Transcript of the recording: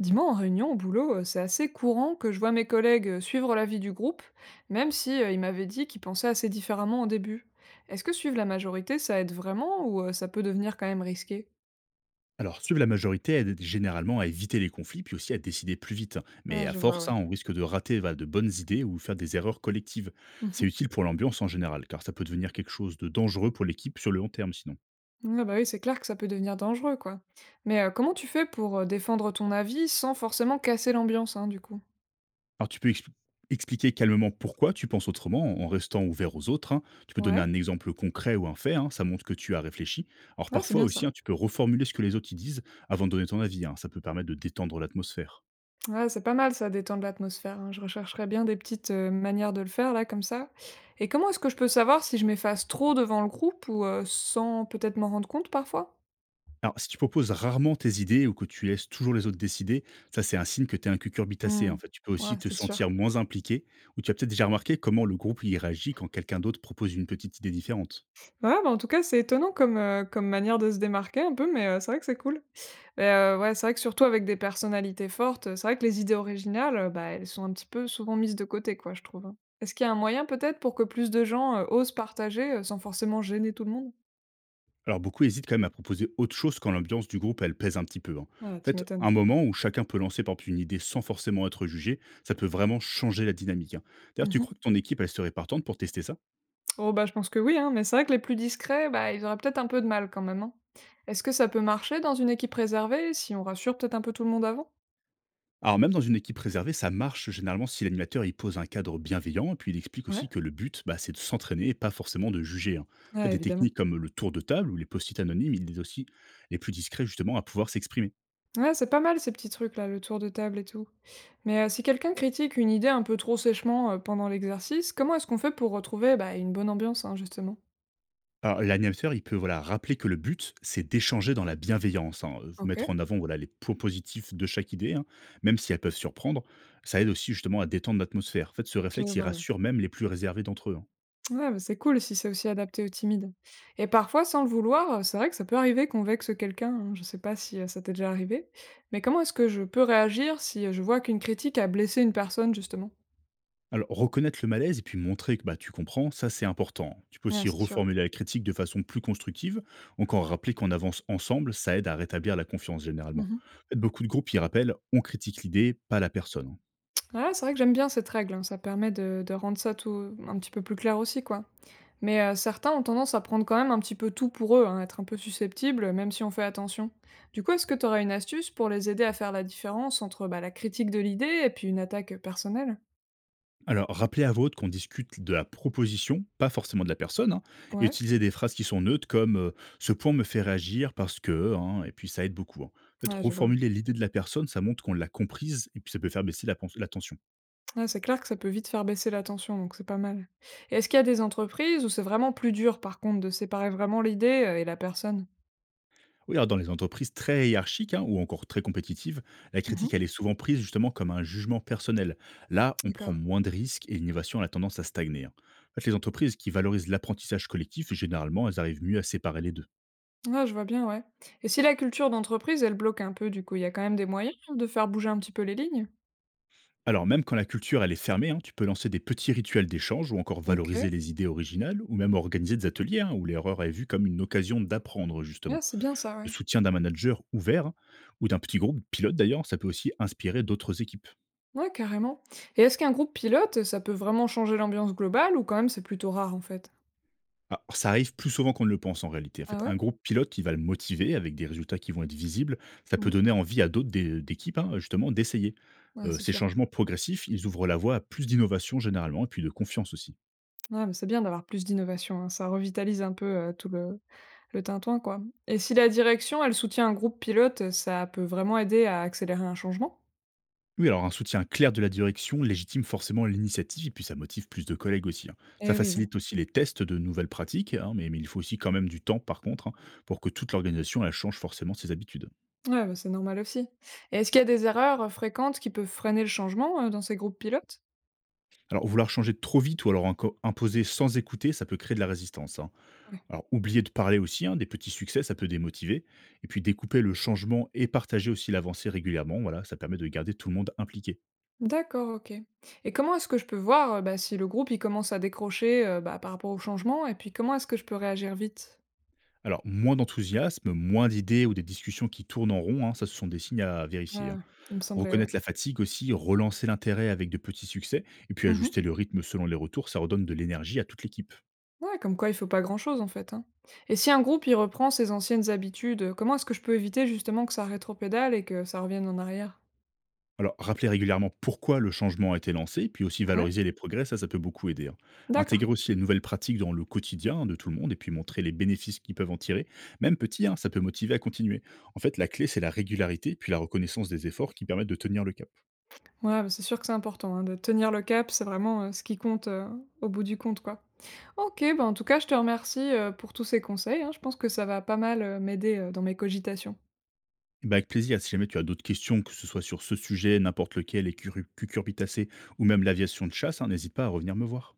Dis-moi, en réunion, au boulot, c'est assez courant que je vois mes collègues suivre l'avis du groupe, même si ils m'avaient dit qu'ils pensaient assez différemment au début. Est-ce que suivre la majorité, ça aide vraiment ou Ça peut devenir quand même risqué? Alors, suivre la majorité aide généralement à éviter les conflits, puis aussi à décider plus vite, hein. Mais Ah, à je vois, force, ouais. hein, on risque de rater, voilà, de bonnes idées ou faire des erreurs collectives. Mhm. C'est utile pour l'ambiance en général, car ça peut devenir quelque chose de dangereux pour l'équipe sur le long terme sinon. Ouais, bah oui, c'est clair que ça peut devenir dangereux, quoi. Mais comment tu fais pour défendre ton avis sans forcément casser l'ambiance, hein, du coup? Alors, tu peux expliquer calmement pourquoi tu penses autrement en restant ouvert aux autres, hein. Tu peux donner Ouais, un exemple concret ou un fait, hein, ça montre que tu as réfléchi. Alors, ah, c'est parfois bien ça. aussi, hein, tu peux reformuler ce que les autres y disent avant de donner ton avis, hein. Ça peut permettre de détendre l'atmosphère. Ouais, c'est pas mal ça, détendre l'atmosphère, hein. Je rechercherais bien des petites, manières de le faire là, comme ça. Et comment est-ce que je peux savoir si je m'efface trop devant le groupe ou, sans peut-être m'en rendre compte parfois? Alors, si tu proposes rarement tes idées ou que tu laisses toujours les autres décider, ça c'est un signe que tu es un cucurbitacé. Mmh. En fait, tu peux Ouais, aussi te c'est sûr. sentir moins impliqué ou tu as peut-être déjà remarqué comment le groupe y réagit quand quelqu'un d'autre propose une petite idée différente. Ouais, bah, en tout cas, c'est étonnant comme, comme manière de se démarquer un peu, mais, c'est vrai que c'est cool. Et ouais, c'est vrai que surtout avec des personnalités fortes, c'est vrai que les idées originales, bah, elles sont un petit peu souvent mises de côté quoi, je trouve, hein. Est-ce qu'il y a un moyen peut-être pour que plus de gens, osent partager, sans forcément gêner tout le monde? Alors, beaucoup hésitent quand même à proposer autre chose quand l'ambiance du groupe, elle pèse un petit peu, hein. Ah, En tu fait, m'étonnes. un moment où chacun peut lancer, par exemple, une idée sans forcément être jugé, ça peut vraiment changer la dynamique, hein. D'ailleurs, tu Mmh. crois que ton équipe, elle serait partante pour tester ça? Oh bah, je pense que oui, hein, mais c'est vrai que les plus discrets, bah, ils auraient peut-être un peu de mal quand même, hein. Est-ce que ça peut marcher dans une équipe réservée si on rassure peut-être un peu tout le monde avant? Alors même dans une équipe réservée, ça marche généralement si l'animateur il pose un cadre bienveillant, et puis il explique Ouais, aussi que le but, bah, c'est de s'entraîner et pas forcément de juger, hein. En fait, ouais, des évidemment. techniques comme le tour de table ou les post-it anonymes, il est aussi les plus discrets justement à pouvoir s'exprimer. Ouais, c'est pas mal ces petits trucs-là, le tour de table et tout. Mais si quelqu'un critique une idée un peu trop sèchement pendant l'exercice, comment est-ce qu'on fait pour retrouver bah, une bonne ambiance, hein, justement? Alors l'animateur, il peut, voilà, rappeler que le but, c'est d'échanger dans la bienveillance, hein, vous Ok, mettre en avant, voilà, les points positifs de chaque idée, hein, même si elles peuvent surprendre. Ça aide aussi justement à détendre l'atmosphère. En fait, ce je vois, réflexe, il ouais. rassure même les plus réservés d'entre eux, hein. Ouais, bah, c'est cool si c'est aussi adapté aux timides. Et parfois, sans le vouloir, c'est vrai que ça peut arriver qu'on vexe quelqu'un, hein. Je sais pas si ça t'est déjà arrivé, mais comment est-ce que je peux réagir si je vois qu'une critique a blessé une personne, justement? Alors, reconnaître le malaise et puis montrer que, bah, tu comprends, ça c'est important. Tu peux Ouais, aussi c'est sûr. reformuler la critique de façon plus constructive, encore rappeler qu'on avance ensemble, ça aide à rétablir la confiance généralement. Mhm. En fait, beaucoup de groupes y rappellent, on critique l'idée, pas la personne, hein. Ouais, c'est vrai que j'aime bien cette règle, hein. Ça permet de rendre ça tout un petit peu plus clair aussi, quoi. Mais certains ont tendance à prendre quand même un petit peu tout pour eux, hein, être un peu susceptibles, même si on fait attention. Du coup, est-ce que tu aurais une astuce pour les aider à faire la différence entre bah, la critique de l'idée et puis une attaque personnelle? Alors, rappelez à votre qu'on discute de la proposition, pas forcément de la personne, hein, et Ouais, utiliser des phrases qui sont neutres comme ce point me fait réagir parce que, hein, et puis ça aide beaucoup, hein. En fait, ouais, je vois. reformuler l'idée de la personne, ça montre qu'on l'a comprise, et puis ça peut faire baisser la, la tension. Ouais, c'est clair que ça peut vite faire baisser la tension, donc c'est pas mal. Et est-ce qu'il y a des entreprises où c'est vraiment plus dur, par contre, de séparer vraiment l'idée et la personne? Oui, alors dans les entreprises très hiérarchiques, hein, ou encore très compétitives, la Mhm. critique, elle est souvent prise justement comme un jugement personnel. Là, on prend D'accord. moins de risques et l'innovation elle a tendance à stagner, hein. En fait, les entreprises qui valorisent l'apprentissage collectif, généralement, elles arrivent mieux à séparer les deux. Ah, je vois bien, ouais. Et si la culture d'entreprise, elle bloque un peu, du coup, il y a quand même des moyens de faire bouger un petit peu les lignes? Alors même quand la culture, elle est fermée, hein, tu peux lancer des petits rituels d'échange ou encore valoriser Ok. les idées originales ou même organiser des ateliers, hein, où l'erreur est vue comme une occasion d'apprendre Ah, justement. c'est bien ça, Le ouais. soutien d'un manager ouvert, hein, ou d'un petit groupe pilote d'ailleurs, ça peut aussi inspirer d'autres équipes. Ouais, carrément. Et est-ce qu'un groupe pilote, ça peut vraiment changer l'ambiance globale ou quand même c'est plutôt rare, en fait? Alors, ça arrive plus souvent qu'on ne le pense en réalité. En Ah fait, ouais? un groupe pilote qui va le motiver avec des résultats qui vont être visibles, ça peut Mhm. donner envie à d'autres d'équipes, hein, justement, d'essayer. Ouais, c'est Ces sûr. changements progressifs, ils ouvrent la voie à plus d'innovation généralement et puis de confiance aussi. Ouais, mais c'est bien d'avoir plus d'innovation, hein, ça revitalise un peu, tout le tintouin, quoi. Et si la direction, elle soutient un groupe pilote, ça peut vraiment aider à accélérer un changement? Oui, alors un soutien clair de la direction légitime forcément l'initiative et puis ça motive plus de collègues aussi, hein. Ça Eh oui, ouais. facilite aussi les tests de nouvelles pratiques, hein, mais il faut aussi quand même du temps par contre, hein, pour que toute l'organisation elle change forcément ses habitudes. Ouais, bah, c'est normal aussi. Et est-ce qu'il y a des erreurs, fréquentes qui peuvent freiner le changement, dans ces groupes pilotes? Alors vouloir changer trop vite ou alors encore imposer sans écouter, ça peut créer de la résistance, hein. Ouais. Alors, oublier de parler aussi, hein, des petits succès, ça peut démotiver. Et puis, découper le changement et partager aussi l'avancée régulièrement, voilà, ça permet de garder tout le monde impliqué. D'accord, OK. Et comment est-ce que je peux voir, bah, si le groupe, il commence à décrocher, bah, par rapport au changement? Et puis comment est-ce que je peux réagir vite? Alors, moins d'enthousiasme, moins d'idées ou des discussions qui tournent en rond, hein, ça, ce sont des signes à vérifier, hein. Ah, il me semblait, ouais. Reconnaître la fatigue aussi, relancer l'intérêt avec de petits succès, et puis Mmh. ajuster le rythme selon les retours, ça redonne de l'énergie à toute l'équipe. Ouais, comme quoi il faut pas grand-chose en fait, hein. Et si un groupe il reprend ses anciennes habitudes, comment est-ce que je peux éviter justement que ça rétropédale et que ça revienne en arrière? Alors, rappeler régulièrement pourquoi le changement a été lancé, puis aussi Ouais? valoriser les progrès, ça peut beaucoup aider, hein. D'accord. Intégrer aussi les nouvelles pratiques dans le quotidien de tout le monde et puis montrer les bénéfices qu'ils peuvent en tirer, même petit, hein, ça peut motiver à continuer. En fait, la clé, c'est la régularité, puis la reconnaissance des efforts qui permettent de tenir le cap. Ouais, bah, c'est sûr que c'est important, hein, de tenir le cap, c'est vraiment, ce qui compte, au bout du compte, quoi. OK, bah, en tout cas, je te remercie, pour tous ces conseils, hein. Je pense que ça va pas mal, m'aider, dans mes cogitations. Eh ben, avec plaisir, si jamais tu as d'autres questions, que ce soit sur ce sujet, n'importe lequel, les cucurbitacées ou même l'aviation de chasse, hein, n'hésite pas à revenir me voir.